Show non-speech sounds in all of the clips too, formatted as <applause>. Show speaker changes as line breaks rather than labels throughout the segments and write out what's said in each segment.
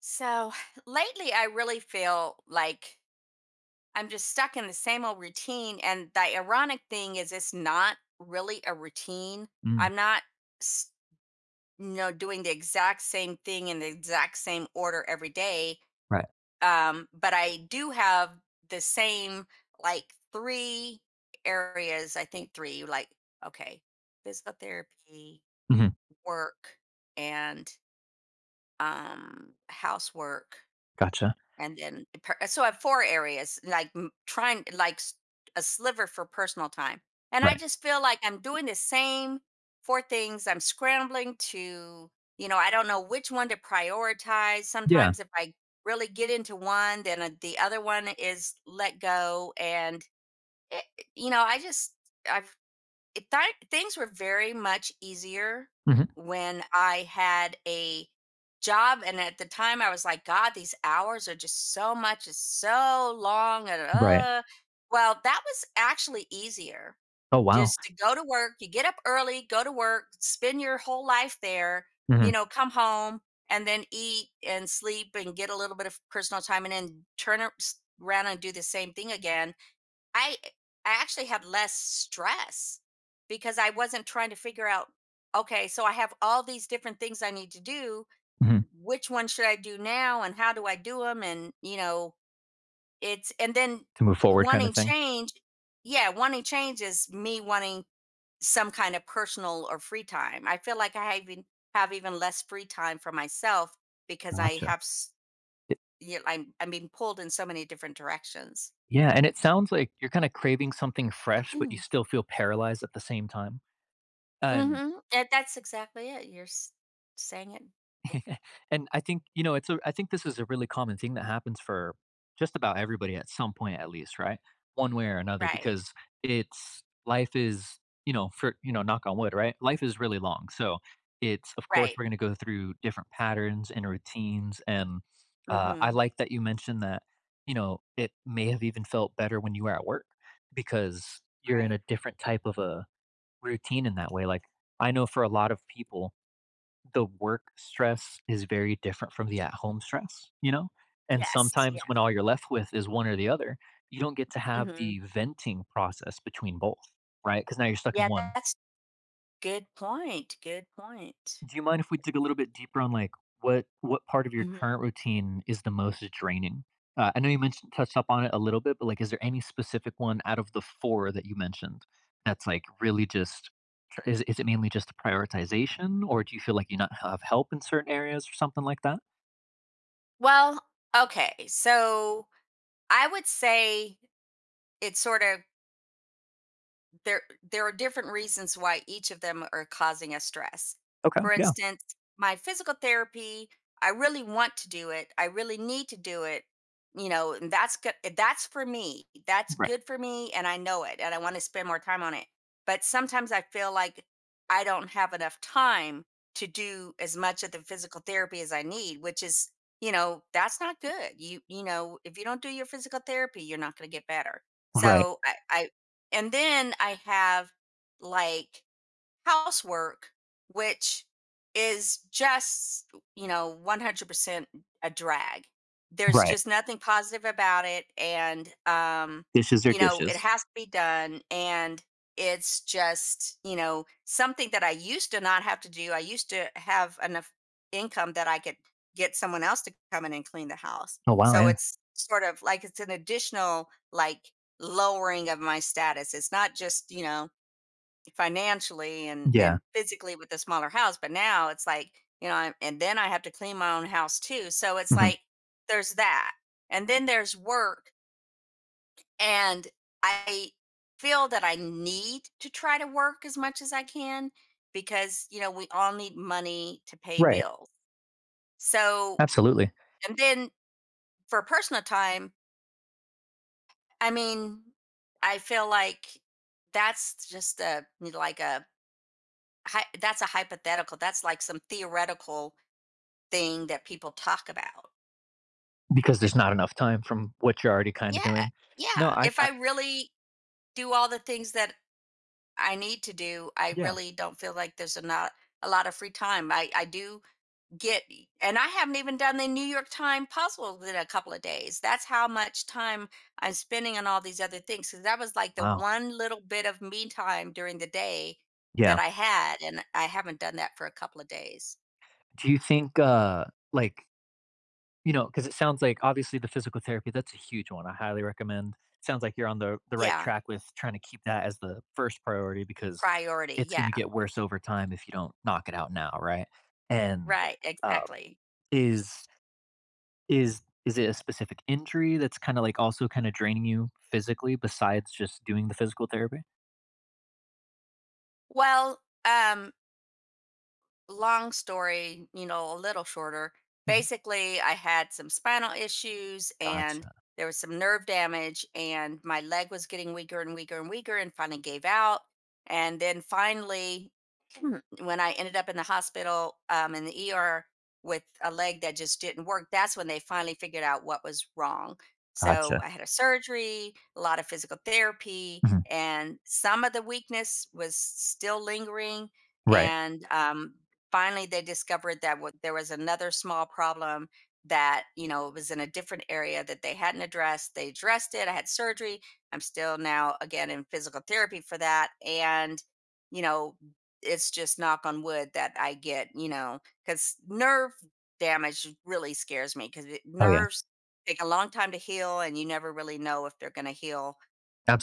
So <sighs> lately, I really feel like I'm just stuck in the same old routine. And the ironic thing is, it's not really a routine.
Mm,
I'm not, s- doing the exact same thing in the exact same order every day.
right.
But I do have the same, like, three areas. I think three, like, okay, physical therapy,
Mhm.
work, and housework.
Gotcha.
And then, per so I have 4 areas, like, m trying like, s a sliver for personal time. And I
Right.
just feel like I'm doing the same 4 things. I'm scrambling to, I don't know which one to prioritize.
Yeah.
Sometimes if I really get into one, then, the other one is let go, and, eh, I just I've it thi things were very much easier
Mhm.
when I had a job. And at the time, I was like, "God, these hours are just so much it's so long and,
Right.
Well, that was actually easier,
Oh, wow.
just to go to work, you get up early, go to work, spend your whole life there,
Mhm.
come home, and then eat and sleep and get a little bit of personal time and then turn ar s around and do the same thing again. I I actually had less stress because I wasn't trying to figure out, okay, so I have all these different things I need to do.
Mhm.
Which one should I do now and how do I do them? And, and then
To move forward kinda
wanting
thing.
change. Yeah, wanting change is me wanting some kind of personal or free time. I feel like I even have even less free time for myself because I
Gotcha.
have, s-
Y
you know, I'm being pulled in so many different directions.
yeah, and it sounds like you're kinda craving something fresh, but you
<clears throat>
still feel paralyzed at the same time, and
Mhm, and that's exactly it, you're s saying it, w
<laughs> and I think it's a I think this is a really common thing that happens for just about everybody at some point at least, right? One way or another
right,
because it's life is, for knock on wood, right? Life is really long. So it's of course
right.
we're going to go through different patterns and routines. And I
Mhm,
like that you mentioned that, you know, it may have even felt better when you were at work because you're in a
right.
different type of a routine in that way. Like I know for a lot of people the work stress is very different from the at home stress, you know? And
Yes,
sometimes
yes.
when all you're left with is one or the other, you don't get to have the
Mhm,
venting process between both, right? Because now you're stuck in
Yeah,
one.
that's good point, good point.
Do you mind if we dig a little bit deeper on like what part of your
Mhm.
current routine is the most draining? I know you mentioned touched up on it a little bit, but like, is there any specific one out of the four that you mentioned that's like really just is it mainly just the prioritization, or do you feel like you not have help in certain areas or something like that?
Well, okay, so I would say, it's sorta There there are different reasons why each of them are causing us stress.
Okay,
For
yeah.
instance, my physical therapy, I really want to do it. I really need to do it. You know, and that's good. That's for me. That's
Right,
good for me. And I know it. And I want to spend more time on it. But sometimes I feel like I don't have enough time to do as much of the physical therapy as I need, which is, that's not good. If you don't do your physical therapy, you're not going to get better.
right,
So I, and then I have, like, housework, which is just, 100% a drag. There's
right.
just nothing positive about it.
Dishes are
It
dishes.
has to be done. And it's just, something that I used to not have to do. I used to have enough income that I could get someone else to come in and clean the house.
Oh, wow,
So
yeah.
it's sort of like it's an additional, like, lowering of my status. It's not just, financially and
Yeah,
and physically with the smaller house, but now it's like, and then I have to clean my own house too. So it's
mhm,
like there's that. And then there's work, and I feel that I need to try to work as much as I can because, we all need money to pay
right,
bills. So,
absolutely,
and then for personal time, I mean, I feel like that's just a like a hy- that's a hypothetical. That's like some theoretical thing that people talk about.
because there's not enough time from what you're already kinda
Yeah,
doing.
yeah.
No,
If
I
I really do all the things that I need to do, I
yeah,
really don't feel like there's a not a lot of free time. I do get, and I haven't even done the New York Times puzzle in a couple of days. That's how much time I'm spending on all these other things. Because that was like the
wow,
one little bit of me time during the day that
yeah.
I had, and I haven't done that for a couple of days.
Do you think, like, you know, because it sounds like obviously the physical therapy, that's a huge one, I highly recommend. Sounds like you're on the right
Yeah,
track with trying to keep that as the first priority because
priority.
it's
Yeah,
gonna get worse over time if you don't knock it out now, right? And,
right.
um,
Exactly.
is Is is it a specific injury that's kinda, like, also kinda draining you physically besides just doing the physical therapy?
Well, um, long story, a little shorter.
Mhm.
Basically, I had some spinal issues and
Gotcha,
there was some nerve damage, and my leg was getting weaker and weaker and weaker, and finally gave out. And then finally, <clears throat> when I ended up in the hospital, in the ER with a leg that just didn't work, that's when they finally figured out what was wrong. So
gotcha.
I had a surgery, a lot of physical therapy,
Mhm.
and some of the weakness was still lingering.
Right.
And finally they discovered that, what there was another small problem, that, it was in a different area that they hadn't addressed. They addressed it, I had surgery. I'm still now again in physical therapy for that. And, you know it's just knock on wood that I get, because nerve damage really scares me, because
Oh, yeah.
nerves take a long time to heal, and you never really know if they're going to heal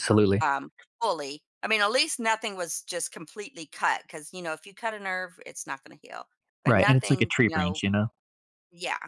Cor fully. I mean, at least nothing was just completely cut, because, if you cut a nerve, it's not gonna heal. But
Right, and it's like a
nothing,
tree
you
branch,
know
you know?
Yeah,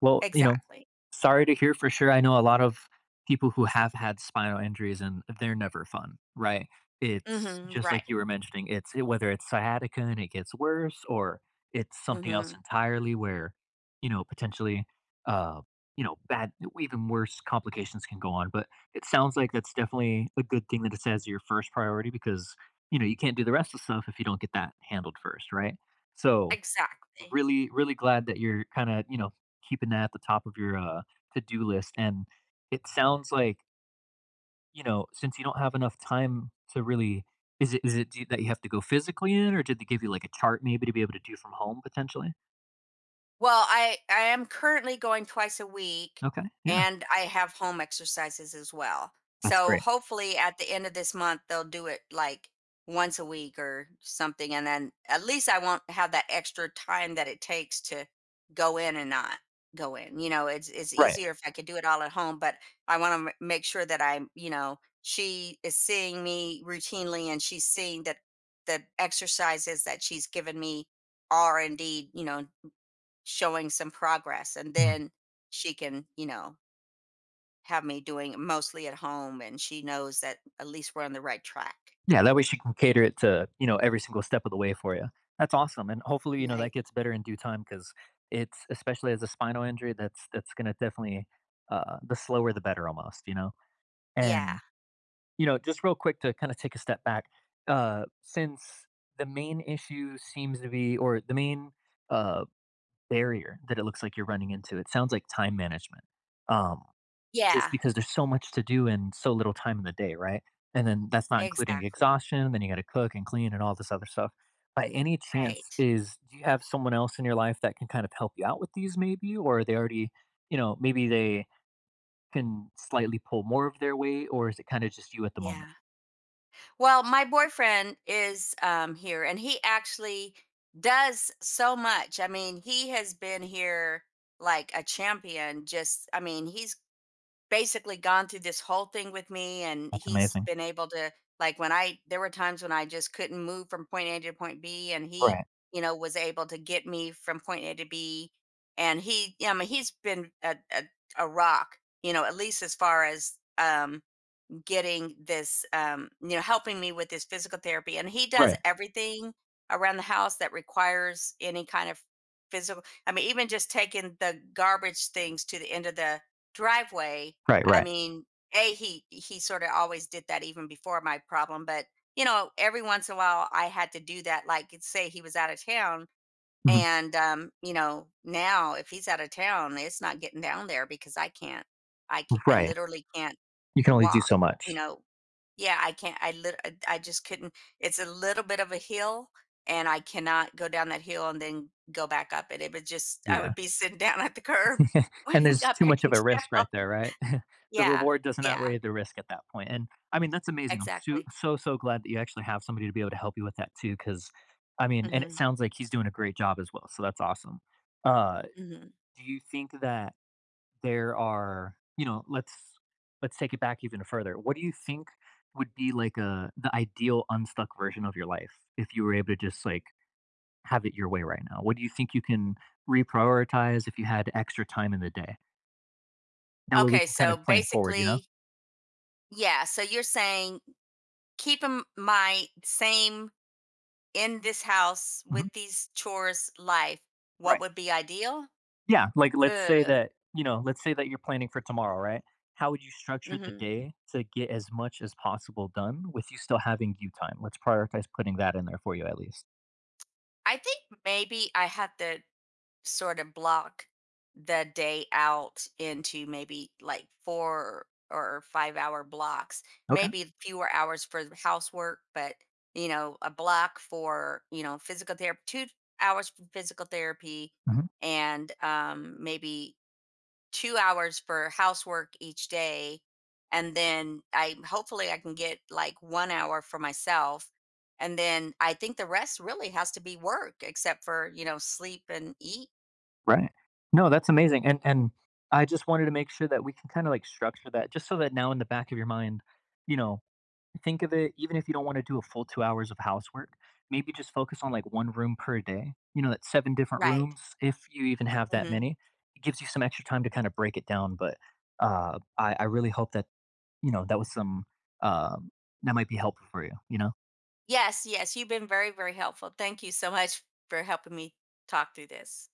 Well, you know,
exactly.
sorry to hear for sure. I know a lot of people who have had spinal injuries and they're never fun, right? It's
Mhm,
just like you
right.
were mentioning, it's whether it's sciatica and it gets worse or it's something else
Mhm,
entirely where, you know, potentially, uh, you know, bad, even worse complications can go on. But it sounds like that's definitely a good thing that it says your first priority because, you know, you can't do the rest of the stuff if you don't get that handled first, right? So,
exactly.
really, really glad that you're kind of, you know, keeping that at the top of your to do list. And it sounds like, you know, since you don't have enough time to really, is it that you have to go physically in, or did they give you like a chart maybe to be able to do from home potentially?
Well, I am currently going twice a week,
Okay. Yeah.
and I have home exercises as well.
That's
So
great.
hopefully at the end of this month they'll do it like once a week or something, and then at least I won't have that extra time that it takes to go in and not go in. You know, it's
Right.
easier if I could do it all at home, but I want to make sure that, she is seeing me routinely, and she's seeing that the exercises that she's given me are indeed, showing some progress, and
Mhm.
then she can, have me doing it mostly at home, and she knows that at least we're on the right track.
Yeah. That way she can cater it to, you know, every single step of the way for you. That's awesome. And hopefully, you know, that
Right.
gets better in due time because especially as a spinal injury, that's going to definitely, the slower the better almost, you know?
Yeah,
And you know, just real quick to kind of take a step back, since the main issue seems to be, or the main uh, barrier that it looks like you're running into, it sounds like time management. Um, just
yeah,
because there's so much to do and so little time in the day, right? And then that's not including
exactly,
exhaustion. Then you got to cook and clean and all this other stuff. By any chance,
right.
is do you have someone else in your life that can kind of help you out with these, maybe, or are they already, you know, maybe they can slightly pull more of their weight, or is it kind of just you at the moment?
Yeah, well, my boyfriend is here, and he actually does so much. I mean, he has been here like a champion. Just, I mean, he's basically gone through this whole thing with me, and
That's
he's
amazing.
been able to, like when I there were times when I just couldn't move from point A to point B, and he,
Right,
was able to get me from point A to B. And he, yeah, I mean he's been a rock, at least as far as, getting this, you know, helping me with this physical therapy. And he does
right,
everything around the house that requires any kind of physical. I mean, even just taking the garbage things to the end of the driveway.
right,
I
right.
mean, a he sort of always did that even before my problem, but every once in a while I had to do that. Like, say he was out of town,
Mhm,
and, now if he's out of town, it's not getting down there because I can't. I
right.
literally can't
You can only do
walk,
so
you
much.
know? Yeah, I can't I lit I just couldn't. It's a little bit of a hill, and I cannot go down that hill and then go back up it. It would just I
Yeah.
would be sitting <laughs> down at the curb
<laughs>
<laughs> when
And
he
there's
got
too
back
much of
in
a risk
town.
right there, right? <laughs> The
Yeah,
reward doesn't
yeah,
outweigh the risk at that point. And, I mean, that's amazing. I'm
exactly.
so glad that you actually have somebody to be able to help you with that too. Because I mean and it
Mhm,
sounds like he's doing a great job as well, so that's awesome. Uh,
mhm.
do you think that there are let's take it back even further. What do you think would be, like, a the ideal unstuck version of your life if you were able to just, like, have it your way right now? What do you think you can reprioritize if you had extra time in the day? That way we
Okay,
can kind
so
of plan forward, you know?
basically, yeah, so you're saying, keep my same in this house
Mhm.
with these chores life, what
Right.
would be ideal?
Yeah. Like, let's say
Ugh,
that, you know, let's say that you're planning for tomorrow, right? How would you structure the
mhm.
day to get as much as possible done with you still having you time? Let's prioritize putting that in there for you at least.
I think maybe I have to sort of block the day out into maybe like 4 or 5-hour blocks,
Okay.
maybe fewer hours for the housework, but, a block for, physical therapy, 2 hours for physical therapy,
Hmm.
and, maybe 2 hours for housework each day, and then I hopefully I can get, like, 1 hour for myself, and then I think the rest really has to be work except for, sleep and eat.
Right. No, that's amazing. I just wanted to make sure that we can kind of like structure that just so that now in the back of your mind, you know, think of it even if you don't want to do a full 2 hours of housework, maybe just focus on, like, 1 room per day. You know, that's 7 different
Right.
rooms, if you even have that
Mhm.
many. It gives you some extra time to kinda break it down, but, I really hope that, you know, that was some, um that might be helpful for you, you know?
Yes, yes, you've been very, very helpful. Thank you so much for helping me talk through this.